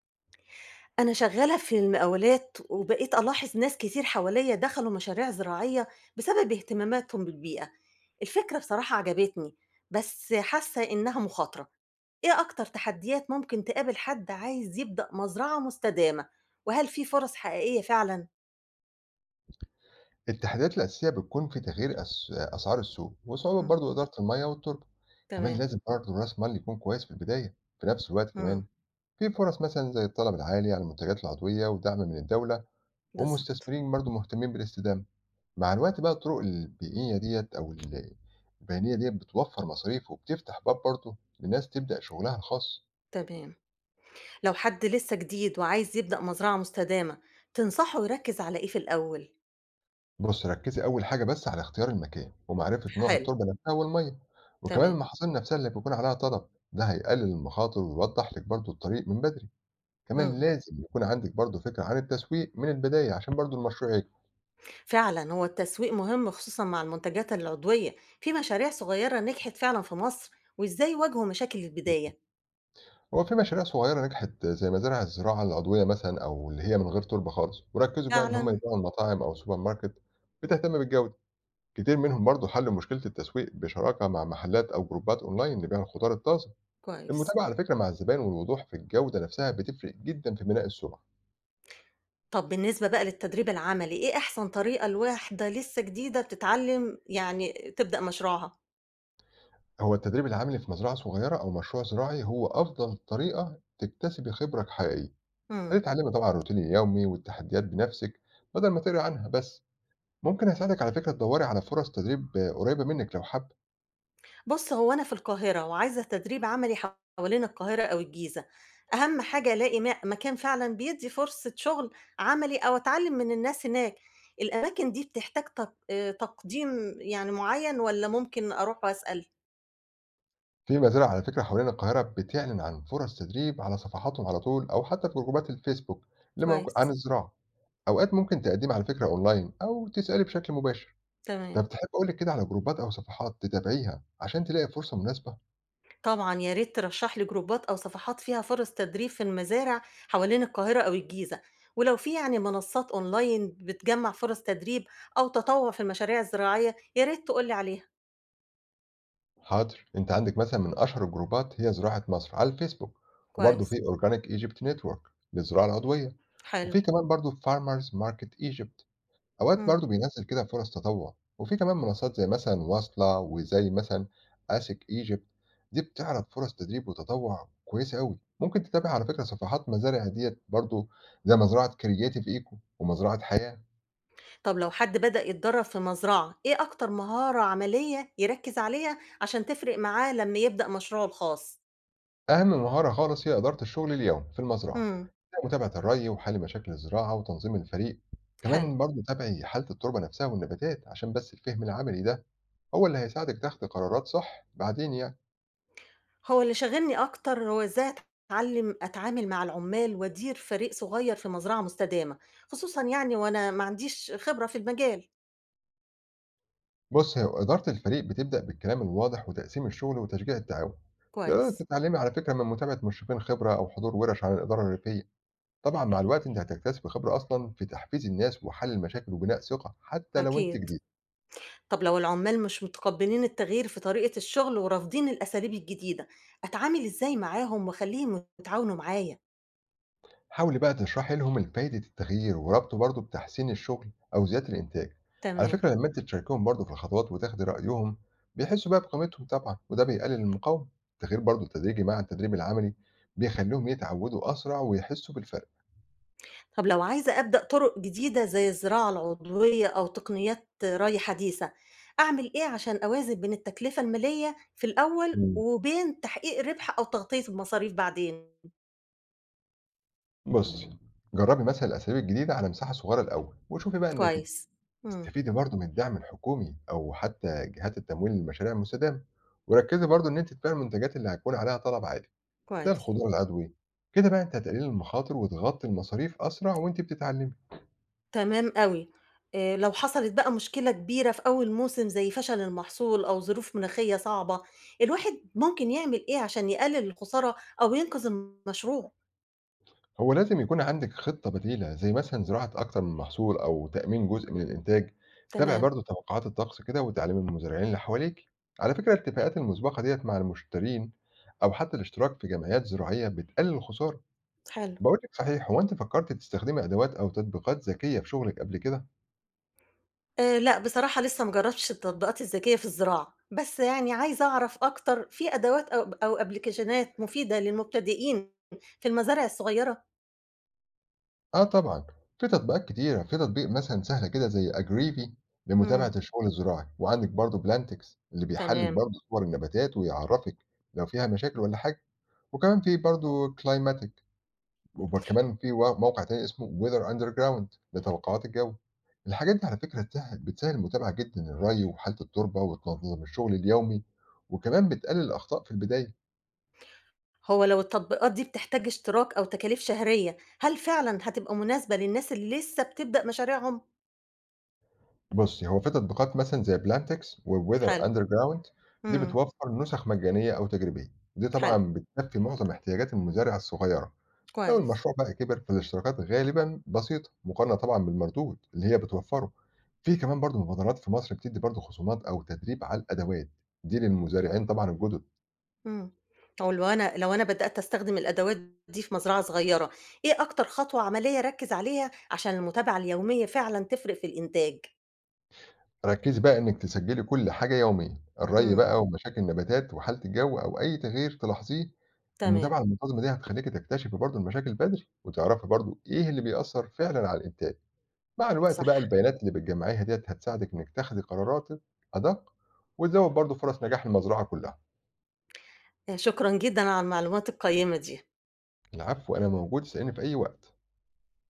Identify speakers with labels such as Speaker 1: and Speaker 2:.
Speaker 1: أنا شغّالة في المقاولات، وبقيت ألاحظ ناس كتير حواليّا دخلوا مشاريع زراعية بسبب اهتماماتهم بالبيئة. الفكرة بصراحة عجبتني، بس حاسة إنها مخاطرة. إيه أكتر تحديات ممكن تقابل حد عايز يبدأ مزرعة مستدامة، وهل في فرص حقيقية فعلًا؟
Speaker 2: التحديات الأساسية بتكون في تغيير أسعار السوق وصعوبة
Speaker 1: إمم،
Speaker 2: برضو إدارة المية والتربة. كمان
Speaker 1: تمام،
Speaker 2: لازم برضو رأس مال يكون كويس في البداية. في نفس الوقت كمان
Speaker 1: إمم،
Speaker 2: في فرص مثلا زي الطلب العالي على المنتجات العضوية ودعم من الدولة
Speaker 1: بالضبط،
Speaker 2: ومستثمرين برضو مهتمين بالاستدامة. مع الوقت بقى الطرق البيئية ديت البيئية ديت بتوفر مصاريف وبتفتح باب برضو لناس تبدأ شغلها الخاص.
Speaker 1: تمام. لو حد لسه جديد وعايز يبدأ مزرعة مستدامة، تنصحه يركّز على إيه في الأول؟
Speaker 2: بُص، ركّزي أول حاجة بس على اختيار المكان، ومعرفة نوع
Speaker 1: حلو،
Speaker 2: التربة نفسها والمَيّة، وكمان
Speaker 1: تمام،
Speaker 2: المحاصيل نفسها اللي بيكون عليها طلب، ده هيقلل المخاطر ويوضح لِك برضه الطريق من بدري، كمان
Speaker 1: إمم.
Speaker 2: لازم يكون عندِك برضه فكرة عن التسويق من البداية عشان برضه المشروع يكبر.
Speaker 1: فعلا هو التسويق مهم خصوصا مع المنتجات العضوية في مشاريع صغيرة نجحت فعلا في مصر، وإزاي واجهوا مشاكل البداية
Speaker 2: هو في مشاريع صغيرة نجحت زي مزارع الزراعة العضوية مثلًا أو اللي هي من غير تربة خالص، وركّزوا بقى إن هم
Speaker 1: فعلا.
Speaker 2: يبيعوا لمطاعم أو سوبر ماركت بتهتم بالجودة، كتير منهم برضه حلّوا مشكلة التسويق بشراكة مع محلات أو جروبات أونلاين لبيع الخضار الطازج.
Speaker 1: كويس.
Speaker 2: المتابعة على فكرة مع الزبائن والوضوح في الجودة نفسها بتفرق جدًا في بناء السمعة.
Speaker 1: طب بالنسبة بقى للتدريب العملي، إيه أحسن طريقة لواحدة لسه جديدة بتتعلم يعني تبدأ مشروعها؟
Speaker 2: هو التدريب العملي في مزرعة صغيرة أو مشروع زراعي هو أفضل طريقة تكتسبي خبرة حقيقية.
Speaker 1: مم.
Speaker 2: هتتعلمي طبعًا الروتين اليومي والتحديات بنفسِك بدل ما تقري عنها بس. ممكن أساعدِك على فكرة تدوري على فرص تدريب قريبة منِك لو حابة.
Speaker 1: بُص، هو أنا في القاهرة وعايزة تدريب عملي حوالين القاهرة أو الجيزة، أهم حاجة ألاقي مكان فعلًا بيدّي فرصة شغل عملي أو أتعلم من الناس هناك. الأماكن دي بتحتاج تق تقديم يعني معيّن والّا ممكن أروح وأسأل؟
Speaker 2: في مزارع على فكرة حوالين القاهرة بتعلن عن فرص تدريب على صفحاتهم على طول أو حتى في جروبات الفيسبوك اللي موج عن
Speaker 1: كويس،
Speaker 2: الزراعة. أوقات ممكن تقدمي على فكرة أونلاين أو تسألي بشكل مباشر.
Speaker 1: تمام.
Speaker 2: طب تحب أقول لِك كده على جروبات أو صفحات تتابعيها عشان تلاقي فرصة مناسبة؟
Speaker 1: طبعًا يا ريت ترشّح لي جروبات أو صفحات فيها فرص تدريب في المزارع حوالين القاهرة أو الجيزة، ولو في يعني منصات أونلاين بتجمّع فرص تدريب أو تطوع في المشاريع الزراعية، يا ريت تقول لي عليها.
Speaker 2: حاضر، أنتِ عندِك مثلًا من أشهر الجروبات هي زراعة مصر على الفيسبوك، وبرضه في
Speaker 1: كويس،
Speaker 2: Organic Egypt Network للزراعة العضوية،
Speaker 1: حلو.
Speaker 2: وفي كمان برضه Farmers Market Egypt أوقات
Speaker 1: إمم.
Speaker 2: برضه بينزّل كده فرص تطوع، وفي كمان منصات زي مثلًا واصلة وزي مثلًا Asic Egypt دي بتعرض فرص تدريب وتطوع كويسة أوي، ممكن تتابع على فكرة صفحات مزارع ديّة برضه زي مزرعة Creative Eco ومزرعة حياة.
Speaker 1: طب لو حد بدأ يتدرّب في مزرعة، إيه أكتر مهارة عملية يركّز عليها عشان تفرق معاه لمّا يبدأ مشروعه الخاص؟
Speaker 2: أهم مهارة خالص هي إدارة الشغل اليومي في المزرعة،
Speaker 1: إمم،
Speaker 2: زي متابعة الري وحل مشاكل الزراعة وتنظيم الفريق،
Speaker 1: حلو.
Speaker 2: كمان برضه تابعي حالة التربة نفسها والنباتات عشان بس الفهم العملي ده هو اللي هيساعدك تاخد قرارات صح بعدين يعني.
Speaker 1: هو اللي شاغلني أكتر هو إزاي أتعلّم أتعامل مع العمّال وأدير فريق صغير في مزرعة مستدامة، خصوصًا يعني وأنا ما عنديش خبرة في المجال.
Speaker 2: بص هي إدارة الفريق بتبدأ بالكلام الواضح وتقسيم الشغل وتشجيع التعاون. تقدر
Speaker 1: كويس،
Speaker 2: تتعلمي على فكرة من متابعة مرشفين خبرة أو حضور ورش عن الإدارة الريفية. طبعا مع الوقت أنت هتكتسب خبرة أصلا في تحفيز الناس وحل المشاكل وبناء ثقة حتى لو أنت
Speaker 1: أكيد.
Speaker 2: جديد.
Speaker 1: طب لو العمّال مش متقبّلين التغيير في طريقة الشغل ورافضين الأساليب الجديدة، أتعامل إزاي معاهم وأخلّيهم يتعاونوا معايا؟
Speaker 2: حاولي بقى تشرحي لهم فايدة التغيير وربطه برضه بتحسين الشغل أو زيادة الإنتاج. على
Speaker 1: تمام.
Speaker 2: فكرة لما أنت تشاركهم برضه في الخطوات وتاخدي رأيهم بيحسوا بقى بقيمتهم طبعا وده بيقلل المقاومة. التغيير برضه التدريجي مع التدريب العملي بيخليهم يتعودوا أسرع ويحسوا بالفرق.
Speaker 1: طب لو عايزة أبدأ طرق جديدة زي الزراعة العضوية أو تقنيات ري حديثة، أعمل إيه عشان أوازن بين التكلفة المالية في الأول
Speaker 2: مم.
Speaker 1: وبين تحقيق ربح أو تغطية المصاريف بعدين؟
Speaker 2: بصي جربي مثلا الأساليب الجديدة على مساحة صغيرة الأول وشوفي بقى النتيجة.
Speaker 1: كويس، إمم،
Speaker 2: استفيدي برضه من الدعم الحكومي أو حتى جهات التمويل للمشاريع المستدامة وركزي برضه إن أنت تبيعي المنتجات اللي هيكون عليها طلب عالي زي
Speaker 1: كويس،
Speaker 2: الخضار العضوي. كده بقى انت هتقلل المخاطر وتغطي المصاريف اسرع وانت بتتعلمي.
Speaker 1: تمام أوي. لو حصلت بقى مشكلة كبيرة في أول موسم زي فشل المحصول أو ظروف مناخية صعبة، الواحد ممكن يعمل إيه عشان يقلل الخسارة أو ينقذ المشروع؟
Speaker 2: هو لازم يكون عندك خطه بديله زي مثلا زراعه اكتر من محصول او تامين جزء من الانتاج. تابع
Speaker 1: تمام،
Speaker 2: برضو توقعات الطقس كده وتعليم المزارعين اللي حواليك. على فكره الاتفاقات المسبقه ديت مع المشترين او حتى الاشتراك في جمعيات زراعيه بتقلل الخساره.
Speaker 1: حلو.
Speaker 2: بقول لك صحيح هو انت فكرت تستخدمي ادوات او تطبيقات ذكيه في شغلك قبل كده؟
Speaker 1: لأ، بصراحة لسه ما جرّبتش التطبيقات الذكية في الزراعة، بس يعني عايزة أعرف أكتر في أدوات أو أبلكيشنات مفيدة للمبتدئين في المزارع الصغيرة؟
Speaker 2: آه طبعًا، في تطبيقات كتيرة، في تطبيق مثلًا سهلة كده زي Agrivi لمتابعة
Speaker 1: إمم،
Speaker 2: الشغل الزراعي، وعندِك برضه Plantix اللي بيحلل
Speaker 1: تمام.
Speaker 2: برضه صور النباتات ويعرّفِك لو فيها مشاكل والّا حاجة، وكمان في برضه Climatic وكمان في موقع تاني اسمه Weather Underground لتوقعات الجو. الحاجات دي على فكرة بتسهل المتابعة جدًا للري وحالة التربة وتنظم الشغل اليومي، وكمان بتقلل الأخطاء في البداية.
Speaker 1: هو لو التطبيقات دي بتحتاج اشتراك أو تكاليف شهرية، هل فعلًا هتبقى مناسبة للناس اللي لسه بتبدأ مشاريعهم؟
Speaker 2: بُصّي، هو في تطبيقات مثلًا زي بلانتكس وweather
Speaker 1: حلو،
Speaker 2: underground دي
Speaker 1: إمم،
Speaker 2: بتوفّر نسخ مجانية أو تجريبية، ودي
Speaker 1: حلو،
Speaker 2: طبعًا بتكفي معظم احتياجات المزارع الصغيرة، لو
Speaker 1: كويس،
Speaker 2: المشروع بقى كبر فالاشتراكات غالبًا بسيطة مقارنة طبعًا بالمردود اللي هي بتوفّره. في كمان برضه مبادرات في مصر بتدّي برضه خصومات أو تدريب على الأدوات دي للمزارعين طبعًا الجُدد.
Speaker 1: إمم. هو لو أنا بدأت أستخدم الأدوات دي في مزرعة صغيرة، إيه أكتر خطوة عملية أركّز عليها عشان المتابعة اليومية فعلًا تفرق في الإنتاج؟
Speaker 2: ركّزي بقى إنِّك تسجّلي كل حاجة يوميًا، الري
Speaker 1: إمم،
Speaker 2: بقى ومشاكل النباتات وحالة الجو أو أي تغيير تلاحظيه،
Speaker 1: تمام،
Speaker 2: المتابعة المنتظمة دي هتخلّيكِ تكتشفي برضه المشاكل بدري، وتعرفي برضه إيه اللي بيأثّر فعلًا على الإنتاج، مع الوقت
Speaker 1: صح.
Speaker 2: بقى البيانات اللي بتجمّعيها ديّة هتساعدِك إنِّك تاخدي قراراتِك أدق، وتزوّد برضه فرص نجاح المزرعة كلّها.
Speaker 1: شكرًا جدًا على المعلومات القيّمة دي.
Speaker 2: العفو، أنا موجود، اسأليني في أي وقت.